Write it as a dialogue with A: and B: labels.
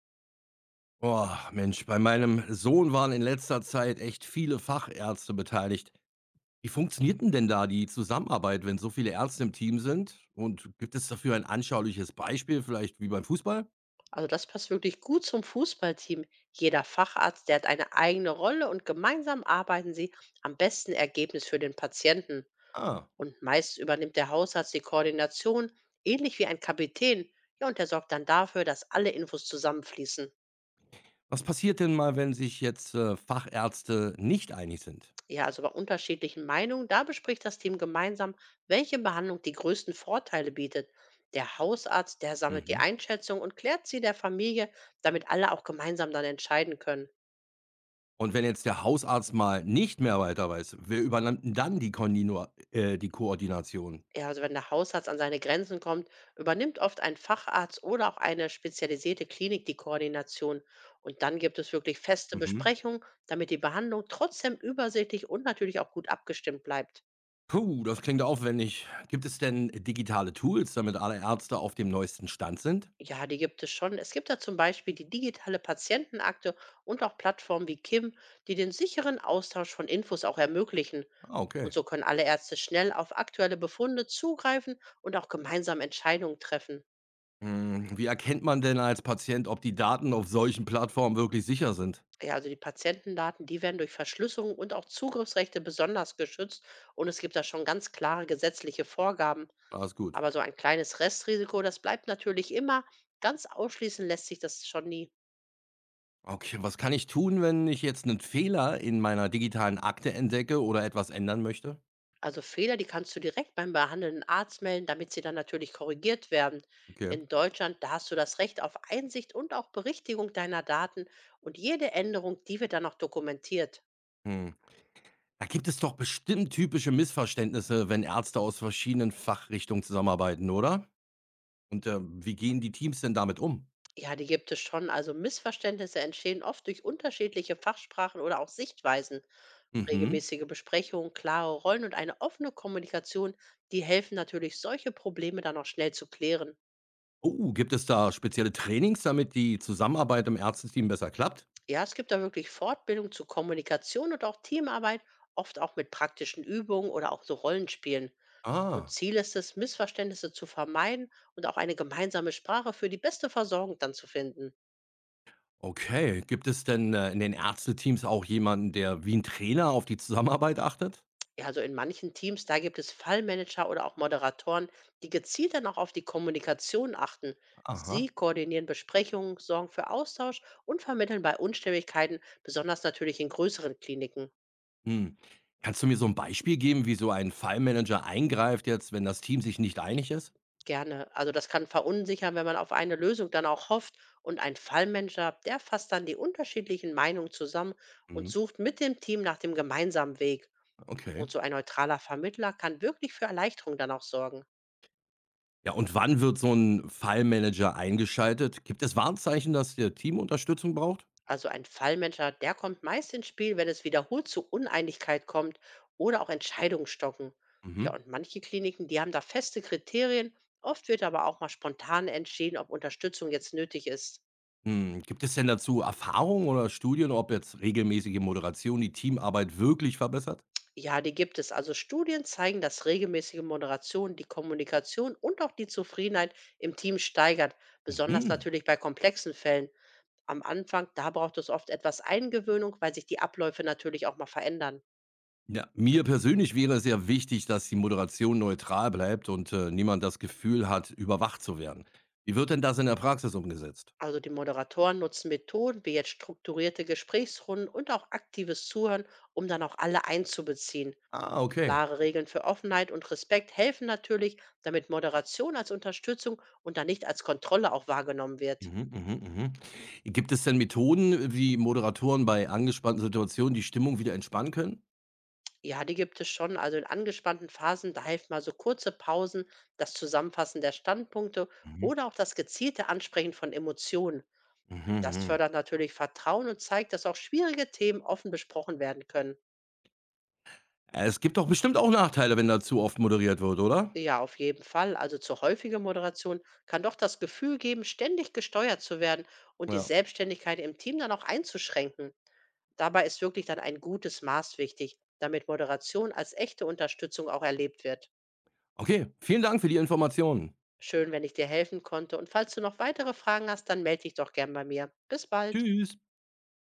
A: Boah, Mensch, bei meinem Sohn waren in letzter Zeit echt viele Fachärzte beteiligt. Wie funktioniert denn da die Zusammenarbeit, wenn so viele Ärzte im Team sind? Und gibt es dafür ein anschauliches Beispiel, vielleicht wie beim Fußball?
B: Also das passt wirklich gut zum Fußballteam. Jeder Facharzt, der hat eine eigene Rolle und gemeinsam arbeiten sie am besten Ergebnis für den Patienten.
A: Ah,
B: Und meist übernimmt der Hausarzt die Koordination, ähnlich wie ein Kapitän. Ja, und der sorgt dann dafür, dass alle Infos zusammenfließen.
A: was passiert denn mal, wenn sich jetzt Fachärzte nicht einig sind?
B: Ja, also bei unterschiedlichen Meinungen, da bespricht das Team gemeinsam, welche Behandlung die größten Vorteile bietet. Der Hausarzt, der sammelt die
A: Mhm.
B: Einschätzung und klärt sie der Familie, damit alle auch gemeinsam dann entscheiden können.
A: Und wenn jetzt der Hausarzt mal nicht mehr weiter weiß, wer übernimmt denn dann die Koordination?
B: Ja, also wenn der Hausarzt an seine Grenzen kommt, übernimmt oft ein Facharzt oder auch eine spezialisierte Klinik die Koordination. Und dann gibt es wirklich feste
A: Mhm.
B: Besprechungen, damit die Behandlung trotzdem übersichtlich und natürlich auch gut abgestimmt bleibt.
A: Puh, das klingt aufwendig. Gibt es denn digitale Tools, damit alle Ärzte auf dem neuesten Stand sind?
B: Ja, die gibt es schon. Es gibt da zum Beispiel die digitale Patientenakte und auch Plattformen wie Kim, die den sicheren Austausch von Infos auch ermöglichen.
A: Ah,
B: Und
A: okay.
B: so können alle Ärzte schnell auf aktuelle Befunde zugreifen und auch gemeinsam Entscheidungen treffen.
A: Hm, wie erkennt man denn als Patient, ob die Daten auf solchen Plattformen wirklich sicher sind?
B: Ja, also die Patientendaten, die werden durch Verschlüsselung und auch Zugriffsrechte besonders geschützt und es gibt da schon ganz klare gesetzliche Vorgaben.
A: Alles gut.
B: Aber so ein kleines Restrisiko, das bleibt natürlich immer. Ganz ausschließen lässt sich das schon nie.
A: Okay, was kann ich tun, wenn ich jetzt einen Fehler in meiner digitalen Akte entdecke oder etwas ändern möchte?
B: Also Fehler, die kannst du direkt beim behandelnden Arzt melden, damit sie dann natürlich korrigiert werden.
A: Okay.
B: In Deutschland, da hast du das Recht auf Einsicht und auch Berichtigung deiner Daten und jede Änderung, die wird dann auch dokumentiert.
A: Hm. Da gibt es doch bestimmt typische Missverständnisse, wenn Ärzte aus verschiedenen Fachrichtungen zusammenarbeiten, oder? Und wie gehen die Teams denn damit um?
B: Ja, die gibt es schon. Also Missverständnisse entstehen oft durch unterschiedliche Fachsprachen oder auch Sichtweisen.
A: Mhm.
B: Regelmäßige Besprechungen, klare Rollen und eine offene Kommunikation, die helfen natürlich, solche Probleme dann auch schnell zu klären.
A: Oh, gibt es da spezielle Trainings, damit die Zusammenarbeit im Ärzteteam besser klappt?
B: Ja, es gibt da wirklich Fortbildung zu Kommunikation und auch Teamarbeit, oft auch mit praktischen Übungen oder auch so Rollenspielen. Und
A: Ah,
B: Ziel ist es, Missverständnisse zu vermeiden und auch eine gemeinsame Sprache für die beste Versorgung dann zu finden.
A: okay. Gibt es denn in den Ärzteteams auch jemanden, der wie ein Trainer auf die Zusammenarbeit achtet?
B: Ja, also in manchen Teams, da gibt es Fallmanager oder auch Moderatoren, die gezielt dann auch auf die Kommunikation achten. Sie
A: Aha.
B: koordinieren Besprechungen, sorgen für Austausch und vermitteln bei Unstimmigkeiten, besonders natürlich in größeren Kliniken,
A: Hm. Kannst du mir so ein Beispiel geben, wie so ein Fallmanager eingreift jetzt, wenn das Team sich nicht einig ist?
B: gerne. Also das kann verunsichern, wenn man auf eine Lösung dann auch hofft. Und ein Fallmanager, der fasst dann die unterschiedlichen Meinungen zusammen und
A: Hm.
B: sucht mit dem Team nach dem gemeinsamen Weg.
A: Okay.
B: Und so ein neutraler Vermittler kann wirklich für Erleichterung dann auch sorgen.
A: Ja, und wann wird so ein Fallmanager eingeschaltet? Gibt es Warnzeichen, dass der Team Unterstützung braucht?
B: Also ein Fallmanager, der kommt meist ins Spiel, wenn es wiederholt zu Uneinigkeit kommt oder auch Entscheidungen stocken. Ja,
A: Mhm.
B: und manche Kliniken, die haben da feste Kriterien. Oft wird aber auch mal spontan entschieden, ob Unterstützung jetzt nötig ist.
A: Hm, gibt es denn dazu Erfahrungen oder Studien, ob jetzt regelmäßige Moderation die Teamarbeit wirklich verbessert?
B: Ja, die gibt es. Also Studien zeigen, dass regelmäßige Moderation die Kommunikation und auch die Zufriedenheit im Team steigert. Besonders
A: Mhm.
B: natürlich bei komplexen Fällen. Am Anfang, da braucht es oft etwas Eingewöhnung, weil sich die Abläufe natürlich auch mal verändern.
A: Ja, mir persönlich wäre es sehr wichtig, dass die Moderation neutral bleibt und niemand das Gefühl hat, überwacht zu werden. Wie wird denn das in der Praxis umgesetzt?
B: Also die Moderatoren nutzen Methoden wie jetzt strukturierte Gesprächsrunden und auch aktives Zuhören, um dann auch alle einzubeziehen.
A: Ah, okay.
B: Klare Regeln für Offenheit und Respekt helfen natürlich, damit Moderation als Unterstützung und dann nicht als Kontrolle auch wahrgenommen wird.
A: Mhm, mhm, mhm. Gibt es denn Methoden, wie Moderatoren bei angespannten Situationen die Stimmung wieder entspannen können?
B: Ja, die gibt es schon. Also in angespannten Phasen, da helfen mal so kurze Pausen, das Zusammenfassen der Standpunkte
A: Mhm.
B: oder auch das gezielte Ansprechen von Emotionen.
A: Mhm,
B: Das
A: mhm.
B: fördert natürlich Vertrauen und zeigt, dass auch schwierige Themen offen besprochen werden können.
A: Es gibt doch bestimmt auch Nachteile, wenn da zu oft moderiert wird, oder?
B: Ja, auf jeden Fall. Also zu häufiger Moderation kann doch das Gefühl geben, ständig gesteuert zu werden und die
A: Ja.
B: Selbstständigkeit im Team dann auch einzuschränken. Dabei ist wirklich dann ein gutes Maß wichtig, damit Moderation als echte Unterstützung auch erlebt wird.
A: Okay, vielen Dank für die Informationen.
B: Schön, wenn ich dir helfen konnte. Und falls du noch weitere Fragen hast, dann melde dich doch gern bei mir. Bis bald.
A: Tschüss.